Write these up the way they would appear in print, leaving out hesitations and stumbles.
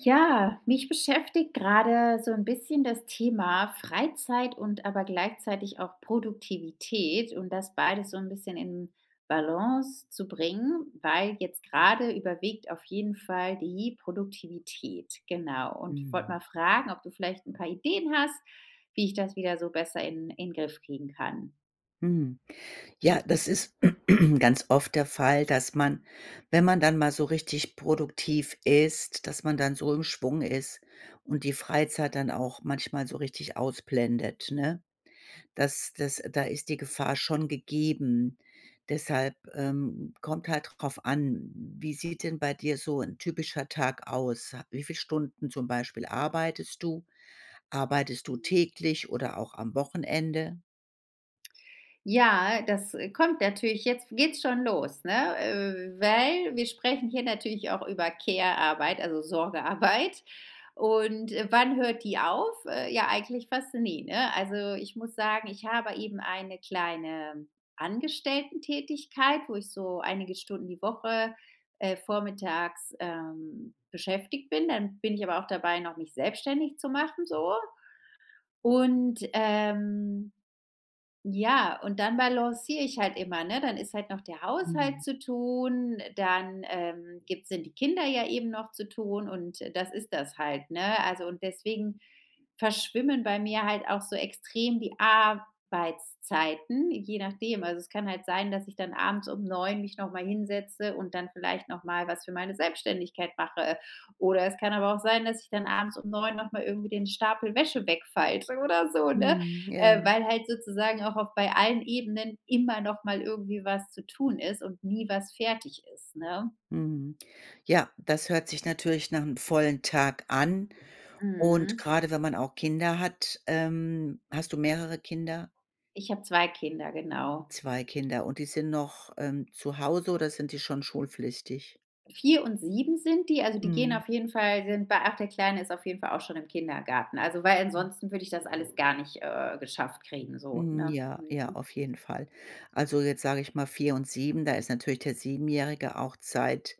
Ja, mich beschäftigt gerade so ein bisschen das Thema Freizeit und aber gleichzeitig auch Produktivität und das beides so ein bisschen in Balance zu bringen, weil jetzt gerade überwiegt auf jeden Fall die Produktivität, genau. Und ich wollte Mhm. mal fragen, ob du vielleicht ein paar Ideen hast, wie ich das wieder so besser in den Griff kriegen kann. Mhm. Ja, das ist ganz oft der Fall, dass man, wenn man dann mal so richtig produktiv ist, dass man dann so im Schwung ist und die Freizeit dann auch manchmal so richtig ausblendet, ne? Das da ist die Gefahr schon gegeben. Deshalb, kommt halt drauf an, wie sieht denn bei dir so ein typischer Tag aus? Wie viel Stunden zum Beispiel arbeitest du? Arbeitest du Hm. täglich oder auch am Wochenende? Ja, das, kommt natürlich jetzt geht's schon los, ne? Weil wir sprechen hier natürlich auch über Care-Arbeit, also Sorgearbeit. Und wann hört die auf? Ja, eigentlich fast nie, ne? Also, ich muss sagen, ich habe eben eine kleine Angestellten-Tätigkeit, wo ich so einige Stunden die Woche, vormittags, beschäftigt bin. Dann bin ich aber auch dabei, noch mich selbstständig zu machen so. Und ja, und dann balanciere ich halt immer, ne? Dann ist halt noch der Haushalt Mhm. zu tun, dann, gibt sind die Kinder ja eben noch zu tun und das ist das halt, ne? Also, und deswegen verschwimmen bei mir halt auch so extrem die Arbeitszeiten, je nachdem. Also, es kann halt sein, dass ich dann abends um 9 mich noch mal hinsetze und dann vielleicht noch mal was für meine Selbstständigkeit mache. Oder es kann aber auch sein, dass ich dann abends um 9 noch mal irgendwie den Stapel Wäsche wegfalte oder so, ne? Mhm, ja. Weil halt sozusagen auch auf bei allen Ebenen immer noch mal irgendwie was zu tun ist und nie was fertig ist, ne? Mhm. Ja, das hört sich natürlich nach einem vollen Tag an, und Mhm. gerade wenn man auch Kinder hat, hast du mehrere Kinder? Ich habe 2 Kinder, genau. 2 Kinder, und die sind noch, zu Hause oder sind die schon schulpflichtig? 4 und 7 sind die, also die gehen Mhm, auf jeden Fall sind bei ach, der Kleine ist auf jeden Fall auch schon im Kindergarten. Also, weil mhm. ansonsten würde ich das alles gar nicht, geschafft kriegen so, Hm, ne? ja, ja, Mhm. auf jeden Fall. Also, jetzt sage ich mal 4 und 7. Da ist natürlich der Siebenjährige auch zeit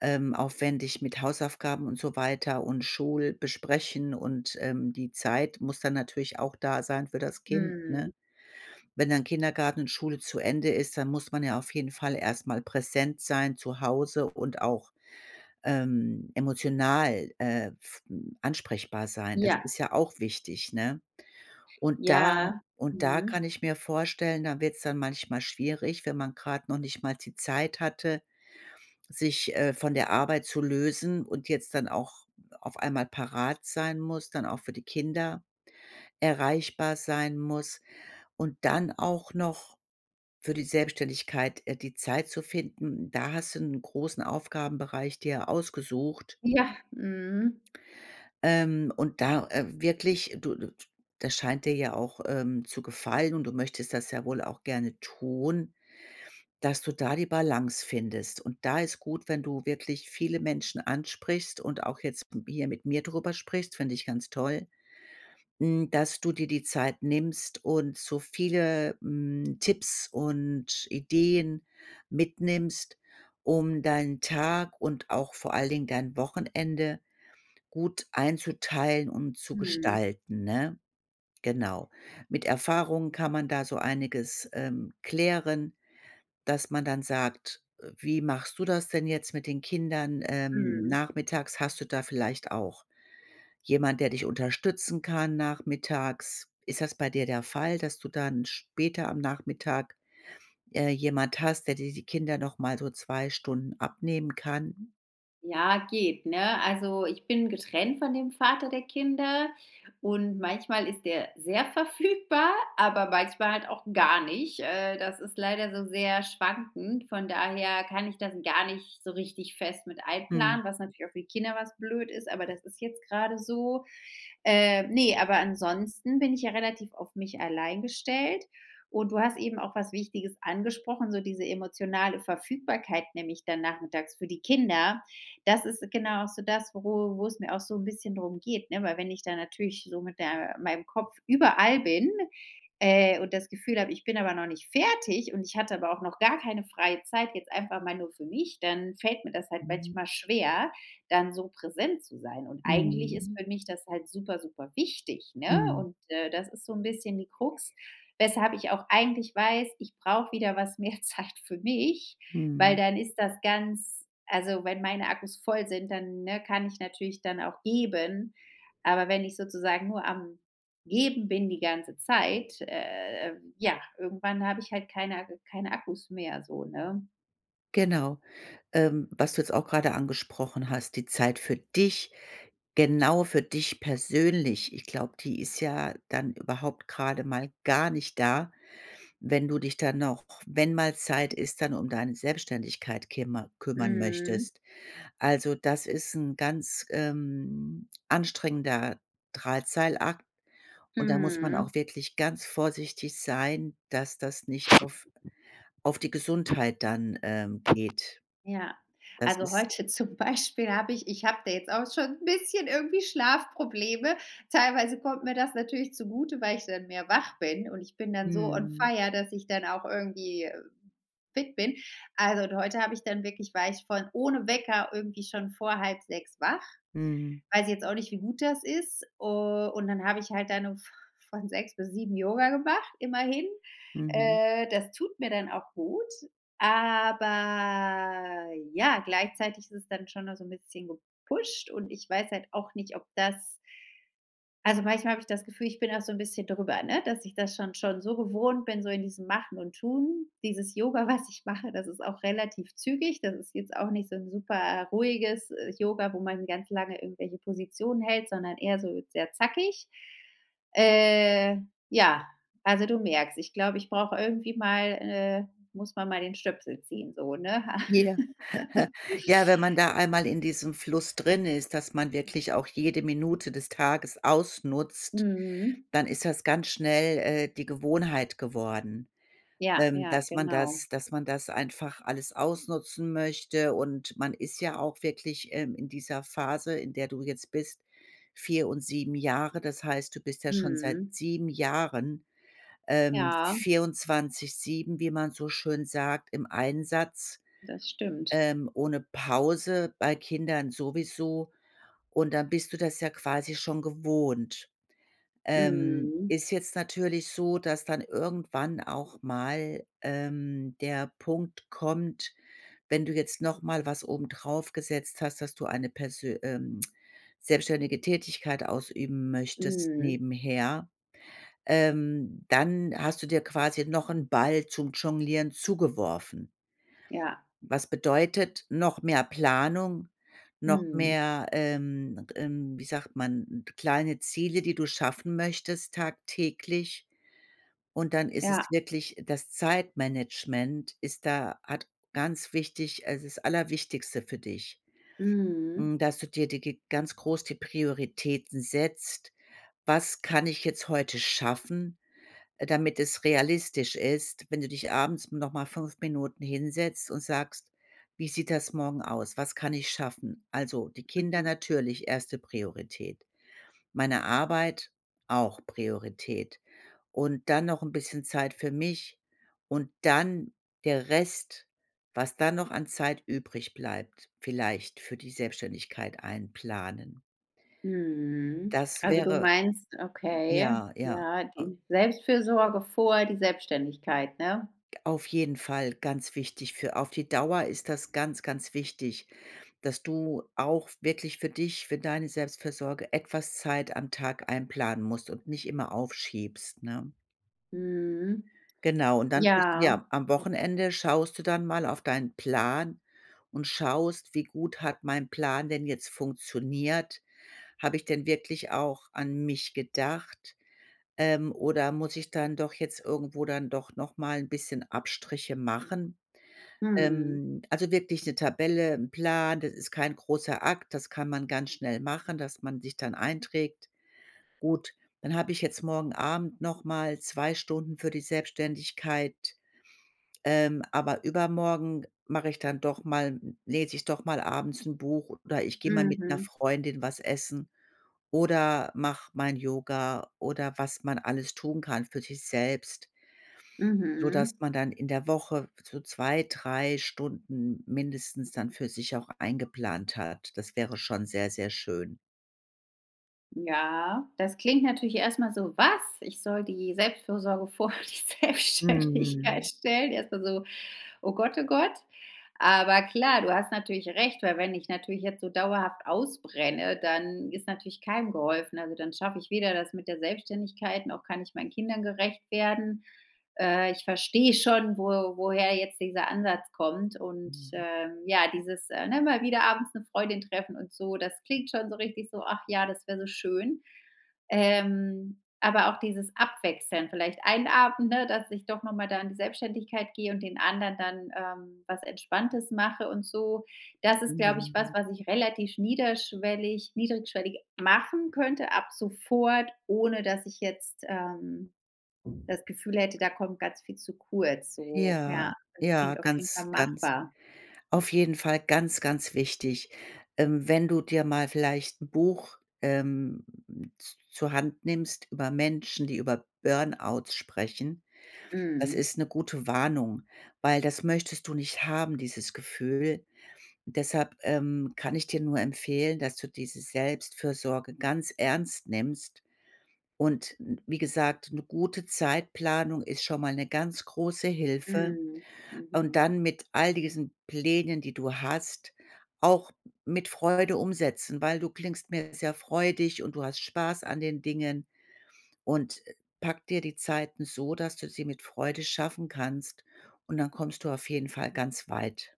aufwendig mit Hausaufgaben und so weiter und Schulbesprechen, und, die Zeit muss dann natürlich auch da sein für das Kind, Mhm. ne? Wenn dann Kindergarten und Schule zu Ende ist, dann muss man ja auf jeden Fall erstmal präsent sein zu Hause und auch, emotional, f ansprechbar sein. Das Ja, ist ja auch wichtig, ne? Und da ja. und da Mhm. kann ich mir vorstellen, da wird's dann manchmal schwierig, wenn man grad noch nicht mal die Zeit hatte, sich, von der Arbeit zu lösen und jetzt dann auch auf einmal parat sein muss, dann auch für die Kinder erreichbar sein muss und dann auch noch für die Selbstständigkeit, die Zeit zu finden. Da hast du einen großen Aufgabenbereich dir ausgesucht, Ja, mhm. Und da, wirklich du das scheint dir ja auch, zu gefallen und du möchtest das ja wohl auch gerne tun, dass du da die Balance findest. Und da ist gut, wenn du wirklich viele Menschen ansprichst und auch jetzt hier mit mir drüber sprichst, finde ich ganz toll. Hm, dass du dir die Zeit nimmst und so viele, hm, Tipps und Ideen mitnimmst, um deinen Tag und auch vor allen Dingen dein Wochenende gut einzuteilen und zu Mhm. gestalten, ne? Genau. Mit Erfahrungen kann man da so einiges, klären, dass man dann sagt: „Wie machst du das denn jetzt mit den Kindern, Mhm. nachmittags?“ Hast du da vielleicht auch jemand, der dich unterstützen kann nachmittags. Ist das bei dir der Fall, dass du dann später am Nachmittag, jemand hast, der dir die Kinder noch mal so 2 Stunden abnehmen kann? Ja, geht, ne? Also, ich bin getrennt von dem Vater der Kinder und manchmal ist der sehr verfügbar, aber manchmal halt auch gar nicht. Das ist leider so sehr schwankend. Von daher kann ich das gar nicht so richtig fest mit Mhm. einplanen, was natürlich auch für die Kinder was blöd ist, aber das ist jetzt gerade so. Ne, aber ansonsten bin ich ja relativ auf mich allein gestellt. Und du hast eben auch was Wichtiges angesprochen, so diese emotionale Verfügbarkeit nämlich dann nachmittags für die Kinder das ist genau auch so das, wo es mir auch so ein bisschen drum geht, ne? Weil wenn ich da natürlich so mit der meinem Kopf überall bin, und das Gefühl habe, ich bin aber noch nicht fertig und ich hatte aber auch noch gar keine freie Zeit, jetzt einfach mal nur für mich, dann fällt mir das halt Mhm. manchmal schwer, dann so präsent zu sein. Und eigentlich ist Mhm. für mich das halt super, super wichtig, ne? Mhm. Und das ist so ein bisschen die Krux, weshalb ich auch eigentlich weiß, ich brauche wieder was mehr Zeit für mich, weil Mhm. dann ist das ganz also, wenn meine Akkus voll sind, dann, ne, kann ich natürlich dann auch geben. Aber wenn ich sozusagen nur am Geben bin die ganze Zeit, ja, irgendwann habe ich halt keine Akkus mehr so, ne? Genau. Was du jetzt auch gerade angesprochen hast, die Zeit für dich, genau für dich persönlich. Ich glaube, die ist ja dann überhaupt gerade mal gar nicht da. Wenn du dich dann noch wenn mal Zeit ist, dann um deine Selbstständigkeit kümmern Mhm. möchtest. Also, das ist 'n ganz, anstrengender Drahtseilakt, und da muss man Mhm. auch wirklich ganz vorsichtig sein, dass das nicht auf die Gesundheit dann, geht. Ja, Das also ist heute zum Beispiel habe ich habe da jetzt auch schon ein bisschen irgendwie Schlafprobleme. Teilweise kommt mir das natürlich zugute, weil ich dann mehr wach bin und ich bin dann so on mhm, fire, dass ich dann auch irgendwie, fit bin. Also, und heute habe ich dann wirklich war ich von ohne Wecker irgendwie schon vor halb sechs wach. mhm, Weiß jetzt auch nicht, wie gut das ist. Und dann habe ich halt dann um v von 6 bis 7 Yoga gemacht, immerhin. mhm. Das tut mir dann auch gut. Aber ja, gleichzeitig ist es dann schon noch so ein bisschen gepusht und ich weiß halt auch nicht, ob das also, manchmal habe ich das Gefühl, ich bin auch so ein bisschen drüber, ne, dass ich das schon so gewohnt bin, so in diesem Machen und Tun. Dieses Yoga, was ich mache, das ist auch relativ zügig. Das ist jetzt auch nicht so ein super ruhiges, Yoga, wo man ganz lange irgendwelche Positionen hält, sondern eher so sehr zackig. Äh, ja, also, du merkst, ich glaube, ich brauche irgendwie mal muss man mal den Stöpsel ziehen so, ne? Ja. Ja, wenn man da einmal in diesem Fluss drin ist, dass man wirklich auch jede Minute des Tages ausnutzt. Mhm. Dann ist das ganz schnell, die Gewohnheit geworden, Ja, ja, genau. Dass man das einfach alles ausnutzen möchte, und man ist ja auch wirklich, in dieser Phase, in der du jetzt bist, 4 und sieben Jahre. Das heißt, du bist ja schon seit Mhm. 7 Jahren, Ja, 24/7, wie man so schön sagt, im Einsatz, das stimmt. Ohne Pause, bei Kindern sowieso, und dann bist du das ja quasi schon gewohnt. Mhm. Ist jetzt natürlich so, dass dann irgendwann auch mal, der Punkt kommt, wenn du jetzt noch mal was obendrauf gesetzt hast, dass du eine persö selbstständige Tätigkeit ausüben möchtest Mhm. nebenher, dann hast du dir quasi noch einen Ball zum Jonglieren zugeworfen. Ja. Was bedeutet noch mehr Planung, noch Mhm. mehr, wie sagt man, kleine Ziele, die du schaffen möchtest tagtäglich. Und dann ist es Ja. wirklich das Zeitmanagement ist da hat ganz wichtig, also, das Allerwichtigste für dich, Mhm. hm, dass du dir die ge ganz groß die Prioritäten setzt: „Was kann ich jetzt heute schaffen? Damit es realistisch ist, wenn du dich abends noch mal 5 Minuten hinsetzt und sagst: „Wie sieht das morgen aus? Was kann ich schaffen?“ Also, die Kinder Mhm. natürlich erste Priorität, meine Arbeit auch Priorität und dann noch ein bisschen Zeit für mich und dann der Rest, was dann noch an Zeit übrig bleibt, vielleicht für die Selbstständigkeit einplanen. Mhm. Das Also, du wäre meinst okay, ja, ja, ja, die Selbstfürsorge vor die Selbstständigkeit, ne? auf jeden Fall, ganz wichtig. Für auf die Dauer ist das ganz, ganz wichtig, dass du auch wirklich für dich, für deine Selbstfürsorge etwas Zeit am Tag einplanen musst und nicht immer aufschiebst, ne? Mhm. Genau, und dann tust du Ja. ja, am Wochenende schaust du dann mal auf deinen Plan und schaust, wie gut hat mein Plan denn jetzt funktioniert? Habe ich denn wirklich auch an mich gedacht? Oder muss ich dann doch jetzt irgendwo dann doch noch mal ein bisschen Abstriche machen? Mhm. Also wirklich eine Tabelle, ein Plan, das ist kein großer Akt, das kann man ganz schnell machen, dass man sich dann einträgt. Gut, dann habe ich jetzt morgen Abend noch mal zwei Stunden für die Selbstständigkeit, aber übermorgen mache ich dann doch mal lese ich doch mal abends ein Buch oder ich gehe mal mit einer Mhm. Freundin was essen oder mache mein Yoga oder was man alles tun kann für sich selbst, sodass Mhm. man dann in der Woche so 2 drei Stunden mindestens dann für sich auch eingeplant hat. Das wäre schon sehr, sehr schön. Ja, das klingt natürlich erst mal so: „Was? Ich soll die Selbstfürsorge vor die Selbstständigkeit Mhm. stellen?“ Erst mal so: „Oh Gott, oh Gott.“ Aber klar, du hast natürlich recht, weil wenn ich natürlich jetzt so dauerhaft ausbrenne, dann ist natürlich keinem geholfen. Also, dann schaffe ich weder das mit der Selbstständigkeit, noch kann ich meinen Kindern gerecht werden ich verstehe schon, woher jetzt dieser Ansatz kommt. Und Mhm. Ja, dieses ne, mal wieder abends eine Freundin treffen und so, das klingt schon so richtig so, ach ja, das wäre so schön. Aber auch dieses Abwechseln, vielleicht einen Abend, ne, dass ich doch nochmal da in die Selbstständigkeit gehe und den anderen dann was Entspanntes mache und so. Das ist, glaube ich, was, Wunderbar. was ich relativ niederschwellig, niedrigschwellig machen könnte ab sofort, ohne dass ich jetzt das Gefühl hätte, da kommt ganz viel zu kurz, so, Ja, ja, das ja, klingt auf jeden Fall ganz, ganz machbar. auf jeden Fall ganz, ganz wichtig. Wenn du dir mal vielleicht ein Buch, z zur Hand nimmst über Menschen, die über Burnouts sprechen, das Mhm. ist eine gute Warnung, weil das möchtest du nicht haben, dieses Gefühl. Deshalb, kann ich dir nur empfehlen, dass du diese Selbstfürsorge ganz ernst nimmst und n wie gesagt, eine gute Zeitplanung ist schon mal eine ganz große Hilfe. Mhm. Und Mhm. dann mit all diesen Plänen, die du hast, auch mit Freude umsetzen, weil du klingst mir sehr freudig und du hast Spaß an den Dingen und, pack dir die Zeiten so, dass du sie mit Freude schaffen kannst und dann kommst du auf jeden Fall ganz weit.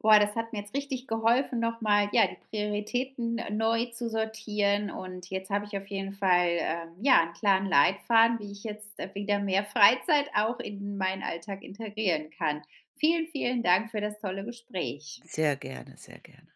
Boah, das hat mir jetzt richtig geholfen, noch mal, ja, die Prioritäten neu zu sortieren und jetzt habe ich auf jeden Fall, ja, einen klaren Leitfaden, wie ich jetzt, wieder mehr Freizeit auch in meinen Alltag integrieren kann. Vielen, vielen Dank für das tolle Gespräch. Sehr gerne, sehr gerne.